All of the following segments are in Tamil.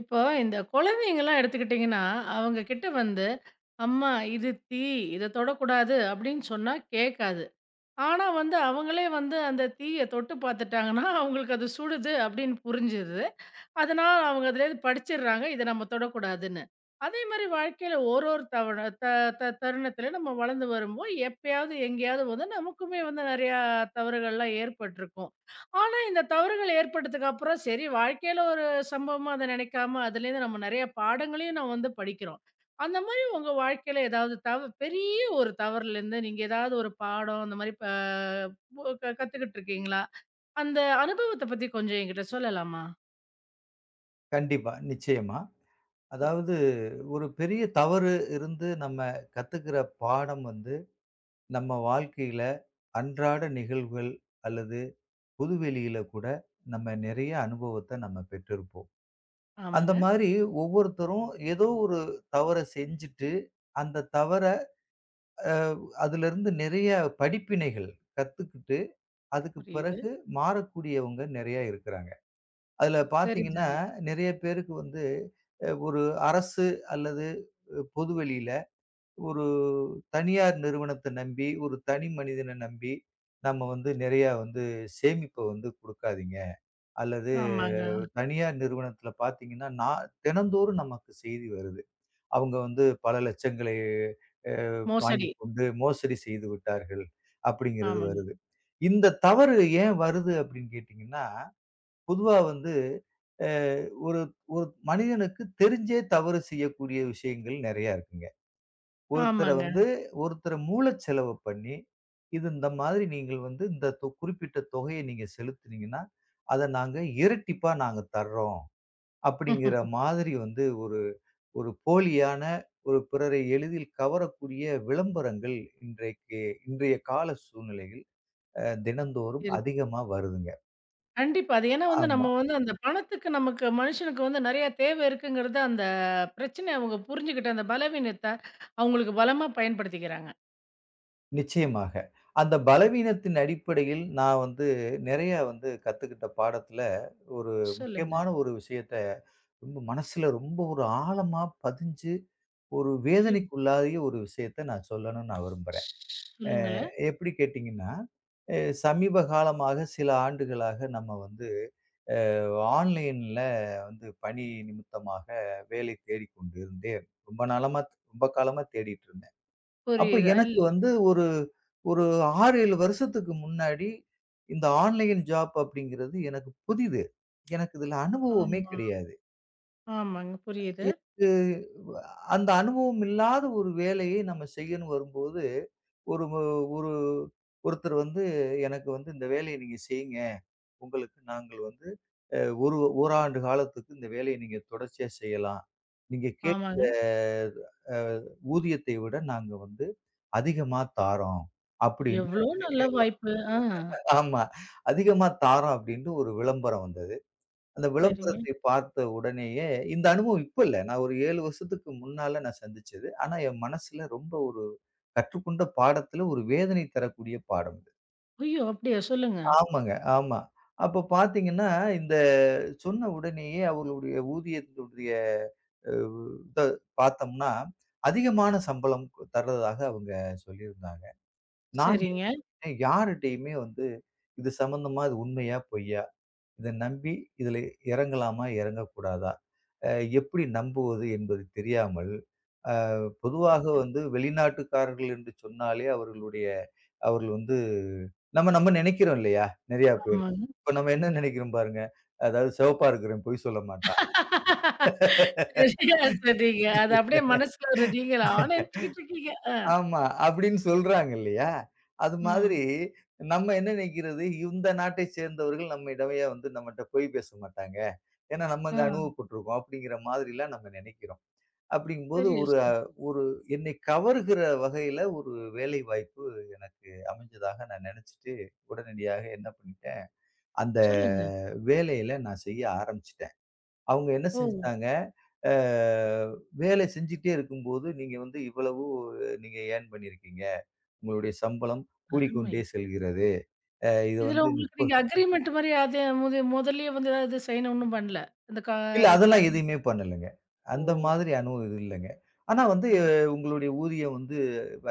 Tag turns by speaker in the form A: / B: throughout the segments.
A: இப்போ இந்த குழந்தைங்கலாம் எடுத்துக்கிட்டிங்கன்னா, அவங்க கிட்ட வந்து, "அம்மா இது தீ, இத தொடக்கூடாது" அப்படின்னு சொன்னா கேட்காது. ஆனா வந்து, அவங்களே வந்து அந்த தீய தொட்டு பார்த்துட்டாங்கன்னா, அவங்களுக்கு அது சுடுது அப்படின்னு புரிஞ்சுருது. அதனால அவங்க அதுலேருந்து படிச்சிடுறாங்க. இத நம்ம தொடக்கூடாதுன்னு. அதே மாரி வாழ்க்கையில ஒரு ஒரு தவண த த தருணத்தில நம்ம வளர்ந்து வரும்போது, எப்பயாவது எங்கேயாவது வந்து நமக்குமே வந்து நெறையா தவறுகள்லாம் ஏற்பட்டுருக்கும். ஆனா இந்த தவறுகள் ஏற்பட்டதுக்கு அப்புறம் சரி, வாழ்க்கையில ஒரு சம்பவமா அத நெனைக்காம, அதுலேருந்து நம்ம நெறைய பாடங்களையும் நம்ம வந்து படிக்கிறோம். அந்த மாரி உங்க வாழ்க்கையில ஏதாவது பெரிய ஒரு தவறுலேருந்து நீங்க ஏதாவது ஒரு பாடம் அந்த மாரி கத்துக்கிட்டு இருக்கீங்களா? அந்த அனுபவத்த பத்தி கொஞ்சம் என்கிட்ட சொல்லலாமா?
B: கண்டிப்பா, நிச்சயமா.
A: சொல்லுங்க.
B: அதாவது ஒரு பெரிய தவறு இருந்து நம்ம கத்துக்கிற பாடம் வந்து, நம்ம வாழ்க்கையில அன்றாட நிகழ்வுகள் அல்லது பொதுவெளியில கூட நம்ம நிறைய அனுபவத்த நம்ம பெற்றிருப்போம். அந்த
A: ஆமாங்க.
B: மாதிரி ஒவ்வொருத்தரும் ஏதோ ஒரு தவற செஞ்சுட்டு, அந்த தவற அ அதிலிருந்து நிறைய படிப்பினைகள் கத்துக்கிட்டு, அதுக்கு
A: புரியுது.
B: பிறகு மாறக்கூடியவங்க நிறைய இருக்கிறாங்க. அதுல பார்த்தீங்கன்னா,
A: சரிதாங்க.
B: நெறைய பேருக்கு வந்து ஒரு அரசு அல்லது பொதுவெளியில ஒரு தனியார் நிறுவனத்த நம்பி, ஒரு தனி மனிதன நம்பி, நம்ம வந்து நெறையா வந்து சேமிப்ப வந்து குடுக்காதீங்க. அல்லது
A: ஆமாங்க.
B: தனியார் நிறுவனத்தில பார்த்தீங்கன்னா, நான் தினந்தோறும் நமக்கு செய்தி வருது. அவங்க வந்து பல லட்சங்களை அ
A: மோசடி.
B: வாங்கிக் கொண்டு மோசடி செய்து விட்டார்கள், அப்படிங்கிறது
A: ஆமாங்க.
B: வருது. இந்த தவறு ஏன் வருது அப்படின்னு கேட்டீங்கன்னா பொதுவா வந்து அ ஒரு ஒரு மனிதனுக்கு தெரிஞ்சே தவறு செய்யக்கூடிய விஷயங்கள் நெறையா இருக்குங்க. ஒருத்தர
A: ஆமாங்க.
B: வந்து ஒருத்தர மூளச்செலவு பண்ணி, இது இந்த மாதிரி நீங்கள் வந்து இந்த குறிப்பிட்ட தொகைய நீங்க செலுத்துனீங்கன்னா, அத நாங்க இரட்டிப்பா நாங்க தர்றோம். அப்படிங்கிற மாதிரி வந்து ஒரு ஒரு போலியான ஒரு பிறரை எளிதில் கவரக்கூடிய விளம்பரங்கள் இன்றைக்கு இன்றைய கால சூழ்நிலையில் தினந்தோறும்
A: இருக்கு.
B: அதிகமா வருதுங்க.
A: கண்டிப்பா. அது ஏன்னா வந்து
B: ஆமா.
A: நம்ம வந்து அந்த பணத்துக்கு நமக்கு மனுஷனுக்கு வந்து நெறைய தேவை இருக்குங்கிறத, அந்த பிரச்சனைய அவங்க புரிஞ்சுகிட்டு அந்த பலவீனத்த அவங்களுக்கு பலமா பயன்படுத்திக்கிறாங்க.
B: நிச்சயமாக. அந்த பலவீனத்தின் அடிப்படையில் நான் வந்து நிறைய வந்து கத்துக்கிட்ட பாடத்துல, ஒரு
A: சொல்லுங்க.
B: முக்கியமான ஒரு விஷயத்த ரொம்ப மனசுல ரொம்ப ஒரு ஆழமா பதிஞ்சு, ஒரு
A: ஐயோ!
B: வேதனைக்குள்ளாகிய ஒரு விஷயத்த நான் சொல்லணும்னு நான் விரும்புறேன். அ
A: சொல்லுங்களேன்.
B: எப்படி கேட்டீங்கன்னா, அ சமீப காலமாக சில ஆண்டுகளாக நம்ம வந்து ஆன்லைன்ல வந்து பணி நிமித்தமாக வேலை தேடிக்கொண்டு இருந்தேன். ரொம்ப நாளமா ரொம்ப காலமா தேடிட்டு இருந்தேன். அப்ப
A: புரியுது.
B: எனக்கு வந்து ஒரு ஒரு 6, 7 வருஷத்துக்கு முன்னாடி இந்த ஆன்லைன் ஜாப் அப்படிங்கிறது எனக்கு புதிது. எனக்கு இதுல அனுபவமே
A: ஆமா.
B: கிடையாது.
A: ஆமாங்க. புரியுது.
B: இது அந்த அனுபவம் இல்லாத ஒரு வேலையை நம்ம செய்யன்னு வரும்போது, ஒரு ஒருத்தர் வந்து எனக்கு வந்து இந்த வேலையை நீங்க செய்யுங்க. உங்களுக்கு நாங்கள் வந்து அ ஒரு ஓராண்டு காலத்துக்கு இந்த வேலையை நீங்க தொடர்ச்சியா செய்யலாம். நீங்க கேட்ட
A: ஆமாங்க.
B: அ ஊதியத்தை விட நாங்க வந்து அதிகமா தாரோம். அப்படின்னு
A: எவ்ளோ நல்ல வாய்ப்பு. ஆ.
B: ஆமா. அதிகமா தாரோம் அப்படின்ட்டு ஒரு விளம்பரம் வந்தது. அந்த
A: சரிங்க.
B: விளம்பரத்தை பார்த்த உடனேயே இந்த அனுபவம் இப்ப இல்ல. நான் ஒரு 7 வருஷத்துக்கு முன்னால நான் சந்திச்சது. ஆனா என் மனசுல ரொம்ப ஒரு கற்றுக்கொண்ட பாடத்துல ஒரு வேதனை தரக்கூடிய பாடம் இது.
A: ஐயோ! அப்படியா? சொல்லுங்க.
B: ஆமாங்க, ஆமா. அப்ப பார்த்தீங்கன்னா இந்த சொன்ன உடனேயே அவர்களுடைய ஊதியத்தினுடைய அ இத பார்த்தோம்னா, அதிகமான சம்பளம் தர்றதாக அவங்க சொல்லியிருந்தாங்க. நான் என்ன
A: சரிங்க.
B: பண்ணேன், யார்கிட்டயுமே வந்து இது சம்மந்தமா இது உண்மையா? பொய்யா? இத நம்பி இதில இறங்கலாமா? இறங்கக்கூடாதா? அ எப்படி நம்புவது என்பது தெரியாமல், அ பொதுவாக வந்து வெளிநாட்டுக்காரர்கள் என்று சொன்னாலே அவர்களுடைய அவர்கள் வந்து நம்ம நம்ம நினைக்கிறோம் இல்லையா? நிறையா பேர்.
A: ஆமாங்க.
B: இப்ப நம்ம என்ன நெனைக்கிறோம் பாருங்க. அதாவது சிவப்பா இருக்கிறேன் பொய் சொல்ல மாட்டான்.
A: சரியா சொன்னீங்க. அது அப்படியே மனசுல ஒரு நீங்களா நெனச்சுக்கிட்டு இருக்கீங்க. ஆ.
B: ஆமா. அப்படின்னு சொல்றாங்க இல்லையா? அது மாதிரி
A: ம்.
B: நம்ம என்ன நெனைக்கிறது, இந்த நாட்டை சேர்ந்தவர்கள் நம்மிடமே வந்து நம்மட்ட பொய் பேச மாட்டாங்க. ஏன்னா நம்ம அங்க
A: ஆ.
B: அனுபவப்பட்டுருக்கோம் அப்படிங்கிற மாதிரிலாம் நம்ம நெனைக்கிறோம். அப்படிங்கும்போது
A: சரியா
B: ஒரு
A: சொன்னீங்க.
B: ஒரு என்னை கவருகிற வகையில ஒரு வேலை வாய்ப்பு எனக்கு அமைஞ்சதாக நான் நெனச்சுட்டு உடனடியாக என்ன பண்ணிட்டேன், அந்த
A: சொல்லுங்க.
B: வேலையில நான் செய்ய ஆரம்பிச்சுட்டேன். அவங்க என்ன
A: ஓ!
B: செஞ்சுட்டாங்க, அ வேலை செஞ்சுட்டே இருக்கும்போது, நீங்க வந்து இவ்வளவு நீங்க ஏர்ன் பண்ணியிருக்கீங்க. உங்களுடைய சம்பளம்
A: அருமை.
B: கூடிக்கொண்டே செல்கிறது. இத
A: இதுல
B: வந்து
A: உங்களுக்கு
B: 30
A: நீங்க அக்ரீமெண்ட் மாரி அது முதல்லயே வந்து ஏதாவது சைன் ஒண்ணும் பண்ணல. இந்த கா
B: இல்ல
A: இதுல
B: அதெல்லாம்
A: அக்ரி
B: எதுவுமே பண்ணலங்க. அந்த
A: ஓ!
B: மாதிரி அனுபவம் எதுவும் இல்லங்க. ஆனா வந்து
A: ம்.
B: உங்களுடைய ஊதியம் வந்து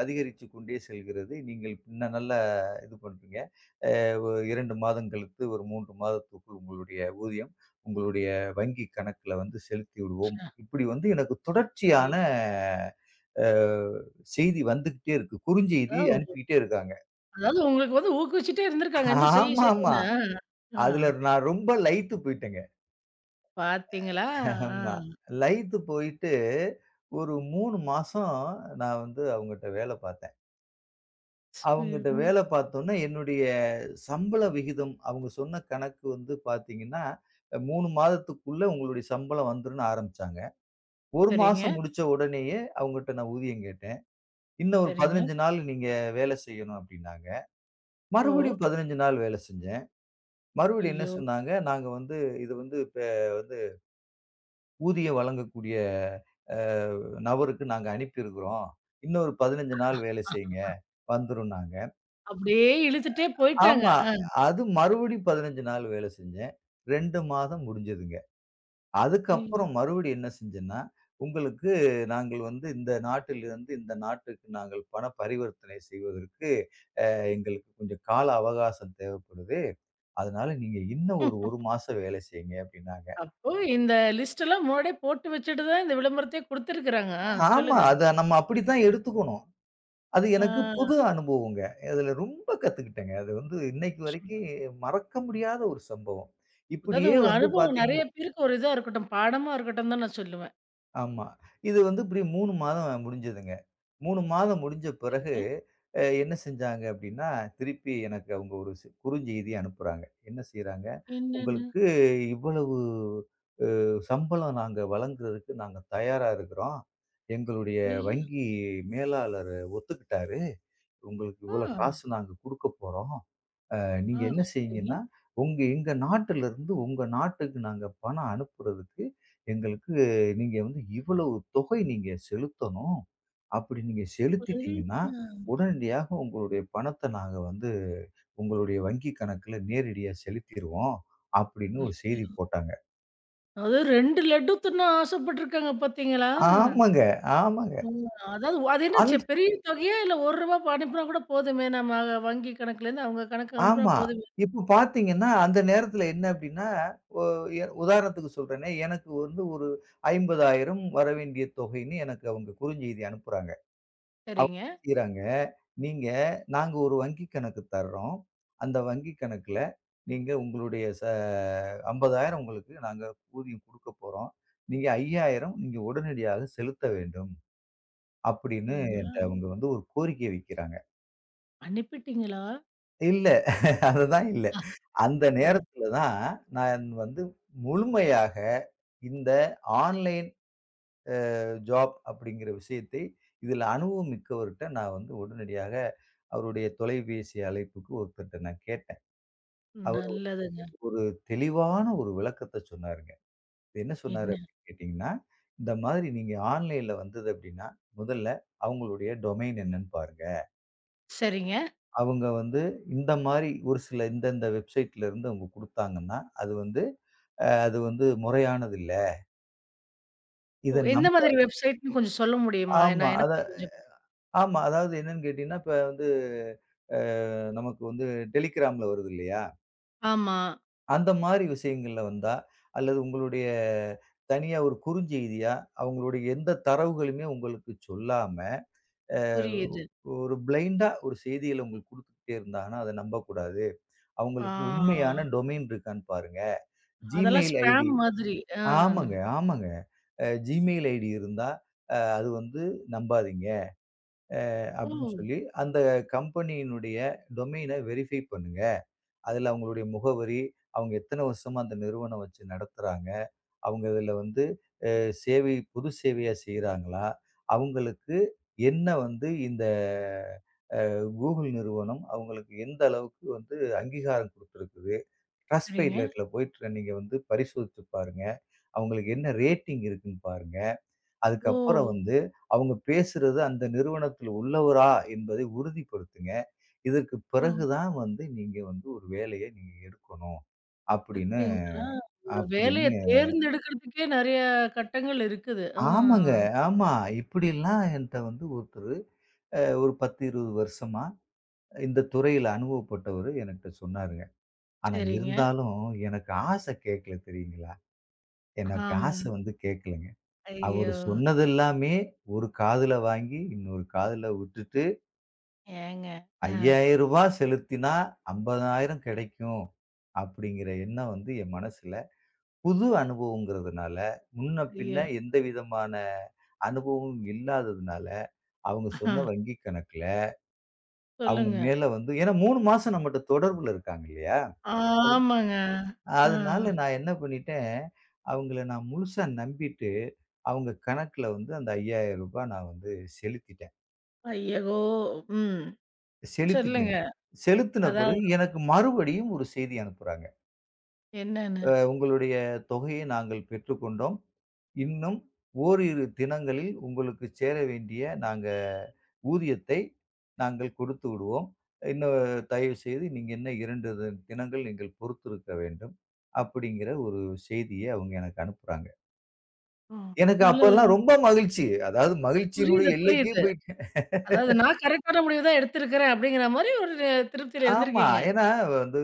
B: அதிகரித்து கொண்டே செல்கிறது. நீங்கள் இன்னும் நல்லா இது பண்றீங்க. அ 2 மாதம் கழித்து ஒரு 3 மாதத்துக்குள் உங்களுடைய ஊதியம் உங்களுடைய வங்கி கணக்குல வந்து செலுத்தி விடுவோம்.
A: ச்சா.
B: இப்படி வந்து எனக்கு தொடர்ச்சியான
A: ஏய்.
B: அ செய்தி வந்துகிட்டே இருக்கு. குறுஞ்செய்தி
A: அதாவது,
B: அனுப்பிக்கிட்டே இருக்காங்க.
A: அதாவது உங்களுக்கு வந்து ஊக்குவிச்சுட்டே இருந்திருக்காங்க. இன்னும்
B: ஆமாமா.
A: செய்யுன்னு. ஆ. ஆ.
B: அதுல நான் ரொம்ப லயித்து போயிட்டேங்க.
A: பார்த்தீங்களா?
B: ஆமா.
A: ஆ.
B: லயித்து போயிட்டு ஒரு 3 மாசம் நான் வந்து அவங்கட்ட வேலை பார்த்தேன். அவங்கட்ட
A: ம்.
B: வேலை பார்த்தோன்னே, என்னுடைய சம்பள விகிதம் அவங்க சொன்ன கணக்கு வந்து பார்த்தீங்கன்னா, 3 மாதத்துக்குள்ள உங்களுடைய சம்பளம் வந்துரும்ன்னு ஆரம்பிச்சாங்க. 1
A: சரிங்க,
B: மாசம் முடிச்ச உடனேயே அவங்கட்ட நான் ஊதியம் கேட்டேன். "இன்னும் ஒரு
A: சரிங்க.
B: 15 நாள் நீங்க வேலை செய்யணும்" அப்படின்னாங்க.
A: ஓ!
B: மறுபடியும் 15 நாள் வேலை செஞ்சேன். மறுபடியும் என்ன
A: ஐயோ!
B: சொன்னாங்க, "நாங்க வந்து இது வந்து இப்ப ஊதியம் வழங்கக்கூடிய அ நபருக்கு நாங்க அனுப்பியிருக்கிறோம். இன்னொரு 15 நாள் வேலை
A: அ
B: செய்யுங்க வந்துரும்னாங்க.
A: அப்படியே இழுத்துட்டே போயிட்டாங்க.
B: ஆமா.
A: ஆ.
B: அது மறுபடி 15 நாள் வேலை செஞ்சேன். 2 மாதம் முடிஞ்சதுங்க.
A: ஐயோ!
B: அதுக்கப்புறம் மறுபடி என்ன செஞ்சேன்னா, உங்களுக்கு நாங்கள் வந்து இந்த நாட்டிலிருந்து இந்த நாட்டுக்கு நாங்கள் பண பரிவர்த்தனை செய்வதற்கு எங்களுக்கு கொஞ்சம் கால அவகாசம் தேவைப்படுது. அதனால நீங்க இன்னும் ஒரு 1 மாசம் வேலை செய்யுங்க அப்படின்னாங்க.
A: அப்போ இந்த லிஸ்ட் எல்லாம் முன்னாடியே போட்டு வச்சுட்டு தான் இந்த விளம்பரத்தையே குடுத்துருக்குறாங்க. ஆ.
B: ஆமா.
A: சொல்லுங்க.
B: அத நம்ம அப்படித்தான் எடுத்துக்கணும். அது
A: ஆ.
B: எனக்கு புது அனுபவங்க. அதுல ரொம்ப கத்துக்கிட்டேங்க. அது வந்து இன்னைக்கு
A: சொல்லு
B: வரைக்கும் மறக்க முடியாத ஒரு சம்பவம்.
A: அதாவது
B: இப்படியே
A: உங்க
B: வந்து
A: அனுபவம் நெறைய பேருக்கு ஒரு இதா இருக்கட்டும். பாடமா இருக்கட்டும் தான் நான் சொல்லுவேன்.
B: ஆமா. இது வந்து இப்படி 3 மாதம் முடிஞ்சதுங்க. 3 மாதம் முடிஞ்ச பிறகு
A: சரிங்க.
B: என்ன செஞ்சாங்க அப்படின்னா, திருப்பி எனக்கு அவங்க ஒரு குறுஞ்செய்தி அனுப்புறாங்க. என்ன செய்றாங்க,
A: என்னன்னு?
B: "உங்களுக்கு இவ்வளவு சம்பளம் நாங்க வழங்குறதுக்கு நாங்க தயாரா இருக்கிறோம். எங்களுடைய
A: ஐயோ!
B: வங்கி மேலாளர் ஒத்துக்கிட்டாரு. உங்களுக்கு இவ்வளோ
A: ஆ,
B: காசு நாங்க குடுக்கப் போறோம்."
A: ஆ
B: நீங்க என்ன
A: சரிங்க.
B: செய்யுங்கன்னா, உங்க எங்க நாட்டிலிருந்து உங்க நாட்டுக்கு நாங்க பணம் அனுப்புறதுக்கு, எங்களுக்கு நீங்க வந்து இவ்வளவு தொகை நீங்க செலுத்தணும். அப்படி நீங்க
A: ஒரே-
B: செலுத்திட்டீங்கன்னா, உடனடியாக உங்களுடைய பணத்த நாங்க வந்து உங்களுடைய வங்கி கணக்குல நேரடியா செலுத்திருவோம்." அப்படின்னு ஒரு செய்தி போட்டாங்க.
A: அதாவது 2 லட்டு தின்ன ஆசைப்பட்டுருக்காங்க பார்த்தீங்களா?
B: ஆமாங்க, ஆமாங்க.
A: ம். அதாவது அது என்ன
B: அந்த
A: பெரிய தொகையா? இல்ல ரூ. 1 அனுப்புனா கூட போதுமே நம்ம வங்கி கணக்குலேருந்து அவங்க கணக்கு அனுப்புனா
B: ஆமா.
A: போதுமே.
B: இப்ப பார்த்தீங்கன்னா, அந்த நேரத்துல என்ன அப்டின்னா, ஒ எ உதாரணத்துக்கு சொல்றேனே, எனக்கு வந்து ஒரு 50,000 வரவேண்டிய தொகைன்னு எனக்கு அவங்க குறுஞ்செய்தி அனுப்புறாங்க. அவங்க
A: சரிங்க.
B: செய்றாங்க. நீங்க நாங்க ஒரு வங்கி கணக்கு தர்றோம். அந்த வங்கி கணக்குல நீங்க உங்களுடைய 50,000 உங்களுக்கு நாங்க ஊதியம் குடுக்க போறோம். நீங்க 5,000 நீங்க உடனடியாக செலுத்த வேண்டும். அப்படின்னு
A: சரிங்களா?
B: என்ட்ட அவங்க வந்து ஒரு கோரிக்கை வைக்கிறாங்க.
A: அனுப்பிட்டீங்களா?
B: இல்ல. அதுதான் இல்ல. அந்த
A: அ
B: நேரத்துல தான், நான் வந்து முழுமையாக இந்த ஆன்லைன் ஜாப் அப்படிங்கிற விஷயத்தை, இதுல அனுபவம் மிக்கவர்ட்ட நான் வந்து உடனடியாக அவருடைய தொலைபேசி அழைப்புக்கு ஒருத்தர்ட்ட நான் கேட்டேன். அவரு
A: நல்லதுங்க.
B: ஒரு தெளிவான ஒரு விளக்கத்த சொன்னாருங்க. இது என்ன சொன்னாரு
A: என்ன?
B: அப்படின்னு கேட்டீங்கன்னா, இந்த மாதிரி நீங்க ஆன்லைன்ல வந்தது அப்படின்னா, முதல்ல அவங்களுடைய டொமைன் என்னன்னு பாருங்க.
A: சரிங்க.
B: அவங்க வந்து இந்த மாரி ஒரு சில இந்த இந்த வெப்சைட்ல இருந்து அவங்க குடுத்தாங்கன்னா, அது வந்து அது வந்து முறையானது இல்ல. இத
A: ஓ, எந்த
B: நம்ப
A: மாதிரி வெப்சைட்ன்னு கொஞ்சம் சொல்ல முடியுமா?
B: ஆமா.
A: நான்
B: அத
A: எனக்கு தெரிஞ்சுக்கணும்.
B: ஆமா. அதாவது என்னன்னு கேட்டீங்கன்னா, இப்ப வந்து அ நமக்கு வந்து டெலிகிராம்ல வருது இல்லையா?
A: ஆமா.
B: அந்த மாரி விஷயங்கள்ல வந்தா, அல்லது உங்களுடைய தனியா ஒரு குறுஞ்செய்தியா, அவங்களுடைய எந்த தரவுகளுமே உங்களுக்கு சொல்லாம, அ
A: புரியுது.
B: ஒரு பிளைண்டா ஒரு செய்திகள உங்களுக்கு குடுத்துக்கிட்டே இருந்தாங்கன்னா, அத நம்பக்கூடாது. அவங்களுக்கு
A: ஆ.
B: உண்மையான டொமைன் இருக்கான்னு பாருங்க.
A: அதெல்லாம்
B: Gmail ஐடி
A: ஸ்பேம் மாதிரி. ஆ.
B: ஆமாங்க, ஆமாங்க. Gmail ஐடி இருந்தா, அது வந்து நம்பாதீங்க.
A: ஓ!
B: அப்படின்னு சொல்லி அந்த கம்பெனியினுடைய டொமைனை வெரிஃபை பண்ணுங்க. அதுல அவங்களுடைய முகவரி, அவங்க எத்தன வருஷமா அந்த நிறுவனம் வச்சு நடத்துறாங்க, அவங்க இதுல வந்து சேவை பொது சேவையா செய்றாங்களா? அவங்களுக்கு என்ன வந்து இந்த Google நிறுவனம் அவங்களுக்கு எந்த அளவுக்கு வந்து அங்கீகாரம் குடுத்திருக்குது?
A: சரிங்க.
B: Trustpiletல போயிட்டு நீங்க வந்து பரிசோதித்து பாருங்க. அவங்களுக்கு என்ன ரேட்டிங் இருக்குன்னு பாருங்க. அதுக்கப்புறம்
A: ஓ!
B: வந்து அவங்க பேசுறது அந்த நிறுவனத்தில் உள்ளவரா என்பதை உறுதிப்படுத்துங்க. இதற்கு
A: ஓ!
B: பிறகு தான் வந்து நீங்க வந்து ஒரு வேலைய நீங்க எடுக்கணும். அப்படின்னு
A: பார்த்தீங்களா? ஒரு வேலைய
B: அப்படின்னு
A: தேர்ந்தெடுக்கிறதுக்கே நெறைய கட்டங்கள் இருக்குது. ஆ.
B: ஆமாங்க. ஆமா. இப்படிலாம் என்ட்ட வந்து ஒருத்தரு ஒரு 10, 20 வருஷமா இந்த துறையில அனுபவப்பட்டவரு எனக்கிட்ட சொன்னாருங்க. ஆனா
A: சரிங்க.
B: இருந்தாலும் எனக்கு ஆசை கேட்கல தெரியுங்களா? எனக்கு
A: ஆமாங்க.
B: ஆசை வந்து கேட்கலங்க. அவரு
A: ஐயோ!
B: சொன்னது எல்லாமே ஒரு காதுல வாங்கி, இன்னொரு காதுல விட்டுட்டு ரூ.
A: ஏங்க. ஆ.
B: 5,000 செலுத்தினா 50,000 கிடைக்கும் அப்படிங்கிற எண்ணம் வந்து என் மனசுல, புது அனுபவம்ங்கிறதுனால, முன்ன பின்ன
A: ஐயோ!
B: எந்த விதமான அனுபவமும் இல்லாததுனால, அவங்க
A: ஆ,
B: சொன்ன வங்கி கணக்குல, அவங்க
A: சொல்லுங்க.
B: மேல வந்து ஏன்னா 3 மாசம் நம்மட்ட தொடர்புல இருக்காங்க இல்லையா? அது
A: ஆமாங்க. ஆ.
B: அதனால நான் என்ன பண்ணிட்டேன், அவங்கள நான் முழுசா நம்பிட்டு, அவங்க கணக்குல வந்து அந்த ரூ. 5,000 நான் வந்து செலுத்திட்டேன்.
A: ஐயகோ! ம். சொல்லுங்க.
B: செலுத்திட்டேங்க. செலுத்தின பிறகு
A: அதாவது
B: எனக்கு மறுபடியும் ஒரு செய்தி அனுப்புறாங்க.
A: என்னன்னு?
B: உங்களுடைய தொகையை நாங்கள் பெற்றுக்கொண்டோம். இன்னும் ஓரிரு தினங்களில் உங்களுக்கு சேர வேண்டிய நாங்க ஊதியத்தை நாங்கள் கொடுத்து விடுவோம். இன்னும் தயவுசெய்து நீங்க இன்னும் 2 தினங்கள் நீங்கள் பொறுத்திருக்க வேண்டும்." அப்படிங்கிற ஒரு செய்திய அவங்க எனக்கு அனுப்புறாங்க.
A: ம்.
B: எனக்கு அப்பல்லாம்
A: நல்லது.
B: ரொம்ப மகிழ்ச்சி. அதாவது
A: புரியுது,
B: மகிழ்ச்சியினுடைய எல்லைக்கே
A: புரியுது.
B: போயிட்டேன்.
A: அதாவது நான் கரெக்டான முடிவு தான் எடுத்திருக்கிறேன் அப்படிங்கிற மாரி ஒரு திருப்தியில
B: ஆமா.
A: இருந்திருக்கீங்க.
B: ஏன்னா வந்து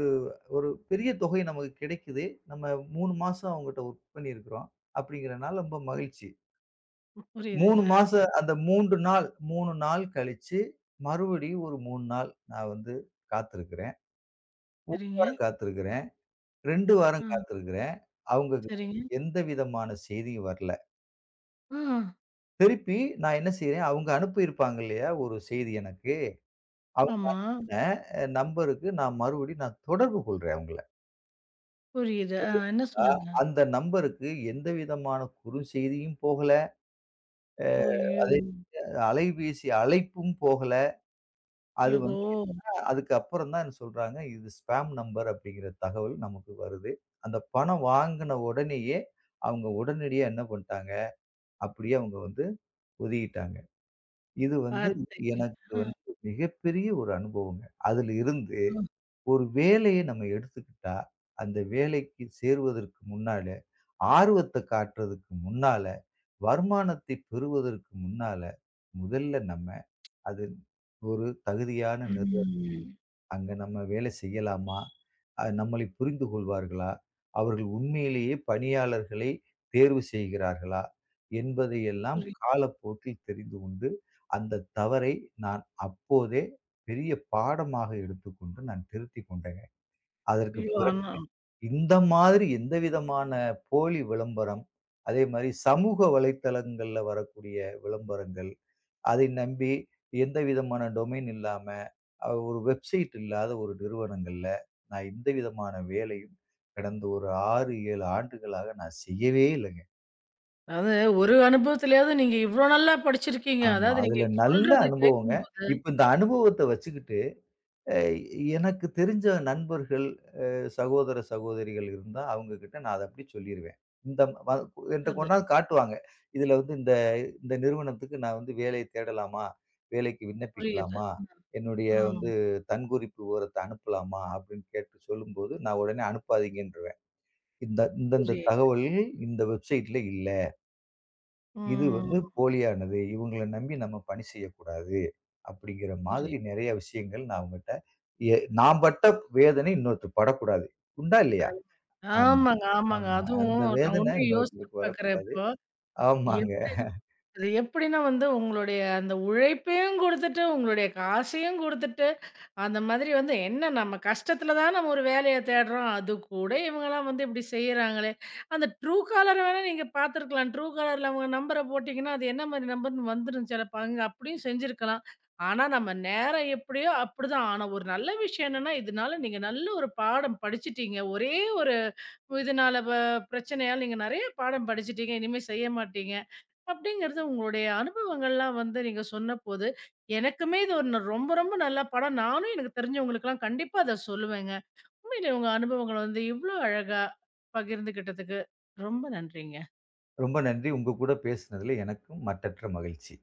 B: ஒரு பெரிய தொகை நமக்கு கிடைக்குது. நம்ம 3 மாசம் அவங்கட்ட ஒர்க் பண்ணியிருக்கிறோம். அப்படிங்கிறனால ரொம்ப மகிழ்ச்சி. 3
A: புரியுதுங்க. அப்ப
B: மாசம் அந்த 3 நாள் கழிச்சு, மறுபடியும் ஒரு 3 நாள் நான் வந்து காத்திருக்கிறேன்.
A: சரிங்க.
B: வாரம் காத்திருக்கிறேன். 2
A: ஆ,
B: வாரம் காத்திருக்கிறேன். அவங்க கிட்ட
A: சரிங்க.
B: எந்த விதமான செய்தியும் வரல.
A: ஆ,
B: திருப்பி நான் என்ன செய்றேன், அவங்க அனுப்பியிருப்பாங்க இல்லையா? ஒரு செய்தி எனக்கு.
A: ஆமா.
B: அவங்களோட நம்பருக்கு நான் மறுபடியும் நான் தொடர்பு கொள்றேன் அவங்கள.
A: புரியுது. ஆ, என்ன
B: அ
A: சொன்னாங்க?
B: அந்த நம்பருக்கு எந்த விதமான குறுஞ்செய்தியும் போகல. அ
A: ஐயோ!
B: அதே அலைபேசி அழைப்பும் போகல. அது
A: ஐயகோ!
B: வந்து என்னன்னா, அதுக்கு அப்புறம் தான் என்ன சொல்றாங்க, இது ஸ்பாம் நம்பர் அப்படிங்கிற தகவல் நமக்கு வருது. அந்த பணம் வாங்குன உடனேயே, அவங்க உடனடியா என்ன பண்ணிட்டாங்க, அப்படியே அவங்க வந்து ஒதுக்கிட்டாங்க. இது வந்து
A: பாத்தேன்.
B: எனக்கு
A: ஆ,
B: வந்து மிகப்பெரிய ஒரு அனுபவங்க. அதுல இருந்து
A: ஆ.
B: ஒரு வேலைய நம்ம எடுத்துக்கிட்டா, அந்த வேலைக்கு சேருவதற்கு முன்னால, ஆர்வத்த காட்டுறதுக்கு முன்னால, வருமானத்தை பெறுவதற்கு முன்னால, முதல்ல நம்ம அது ஒரு தகுதியான நிறுவனம்
A: ம்.
B: அங்க நம்ம வேலை செய்யலாமா? நம்மளை புரிந்து கொள்வார்களா? அவர்கள் உண்மையிலேயே பணியாளர்களை தேர்வு செய்கிறார்களா? என்பதையெல்லாம்
A: புரியுது.
B: காலப்போக்கில் தெரிந்து கொண்டு, அந்த தவறை நான் அப்போதே பெரிய பாடமாக எடுத்துக்கொண்டு நான் திருத்திக் கொண்டேங்க. அதற்கு
A: ஐயோ!
B: பிறகு
A: ஆனா
B: இந்த மாதிரி எந்த விதமான போலி விளம்பரம், அதே மாரி சமூக வலைத்தளங்கள்ல வரக்கூடிய விளம்பரங்கள் அதை நம்பி எந்த விதமான டொமைன் இல்லாம, ஒரு வெப்சைட் இல்லாத ஒரு நிறுவனங்கள்ல நான் எந்த விதமான வேலையும் கடந்த ஒரு 6, 7 ஆண்டுகளாக நான் செய்யவே இல்லங்க.
A: அதாவது ஒரு அனுபவத்திலயாவது நீங்க இவ்ளோ நல்லா படிச்சிருக்கீங்க.
B: ஆமா.
A: அதாவது நீங்க
B: அதுல நல்ல
A: சொல்றது
B: அனுபவங்க.
A: கேட்கும்போது
B: இப்ப இந்த அனுபவத்த வச்சுக்கிட்டு, அ எனக்கு தெரிஞ்ச நண்பர்கள் சகோதர, சகோதரிகள் இருந்தா அவங்க கிட்ட நான் அத அப்படி சொல்லிருவேன். இந்த வ என்ட்ட
A: அது
B: கொண்டாந்து காட்டுவாங்க. இதுல வந்து இந்த இந்த நிறுவனத்துக்கு நான் வந்து வேலை தேடலாமா? வேலைக்கு
A: புரியுது.
B: விண்ணப்பிக்கலாமா? என்னுடைய
A: ஆ, ஆமா.
B: வந்து தன்குறிப்பு விவரத்த அனுப்பலாமா? அப்படின்னு கேட்டு சொல்லும்போது, நான் உடனே அனுப்பாதீங்கன்றுவேன். இந்தந்த
A: புரியுது.
B: தகவல்கள் இந்த வெப்சைட்ல இல்ல. இது வந்து
A: ம்.
B: போலியானது. இவங்கள நம்பி நம்ம பணி செய்யக்கூடாது. அப்படிங்கிற மாதிரி
A: புரியுது.
B: நெறைய விஷயங்கள் நான் அவங்கட்ட நான் பட்ட வேதனை இன்னொருத்தர் படக்கூடாது. உண்டா? இல்லையா? ஆமா,
A: ஆமாங்க, ஆமாங்க.
B: ஆமா. அந்த
A: அதுவும் நான்
B: வேதனை
A: உண்மைய யோசிச்சு
B: இன்னொருத்தருக்கு
A: பார்க்குறேன்
B: வரக்கூடாது.
A: இப்போ.
B: ஆமாங்க.
A: எப் அது எப்படின்னா வந்து உங்களுடைய அந்த உழைப்பையும் குடுத்துட்டு, உங்களுடைய காசையும் குடுத்துட்டு, அந்த மாதிரி வந்து என்ன, நம்ம கஷ்டத்துல தான் நம்ம ஒரு வேலைய தேடுறோம். அது கூட இவங்கலாம் வந்து இப்படி செய்றாங்களே! அந்த ட்ரூ காலர் வேணா நீங்க பார்த்துருக்கலாம். ட்ரூ காலர்ல அவங்க நம்பர போட்டீங்கன்னா, அது என்ன மாரி நம்பர்ன்னு வந்துரும் சிலப்போ. அங்க அப்படியும் செஞ்சிருக்கலாம். ஆனா, நம்ம நேரம் எப்படியோ அப்படிதான். ஆனா, ஒரு நல்ல விஷயம் என்னன்னா, இதனால நீங்க நல்ல ஒரு பாடம் படிச்சுட்டீங்க. ஒரே ஒரு இதனால வ பிரச்சனையால நீங்க நெறைய பாடம் படிச்சுட்டீங்க. இனிமே செய்ய மாட்டீங்க. அப்படிங்கிறது உங்களுடைய அனுபவங்கள்லாம் வந்து நீங்க சொன்னபோது, எனக்குமே இது ஒரு ரொம்ப ரொம்ப நல்ல படம். நானும் எனக்கு தெரிஞ்சவங்களுக்கெல்லாம் கண்டிப்பா அத சொல்லுவேங்க. உண்மையிலே உங்க அனுபவங்கள வந்து இவ்ளோ அழகா பகிர்ந்துகிட்டதுக்கு ரொம்ப நன்றிங்க.
B: ரொம்ப நன்றி. உங்க கூட பேசினதுல எனக்கும் மட்டற்ற மகிழ்ச்சி.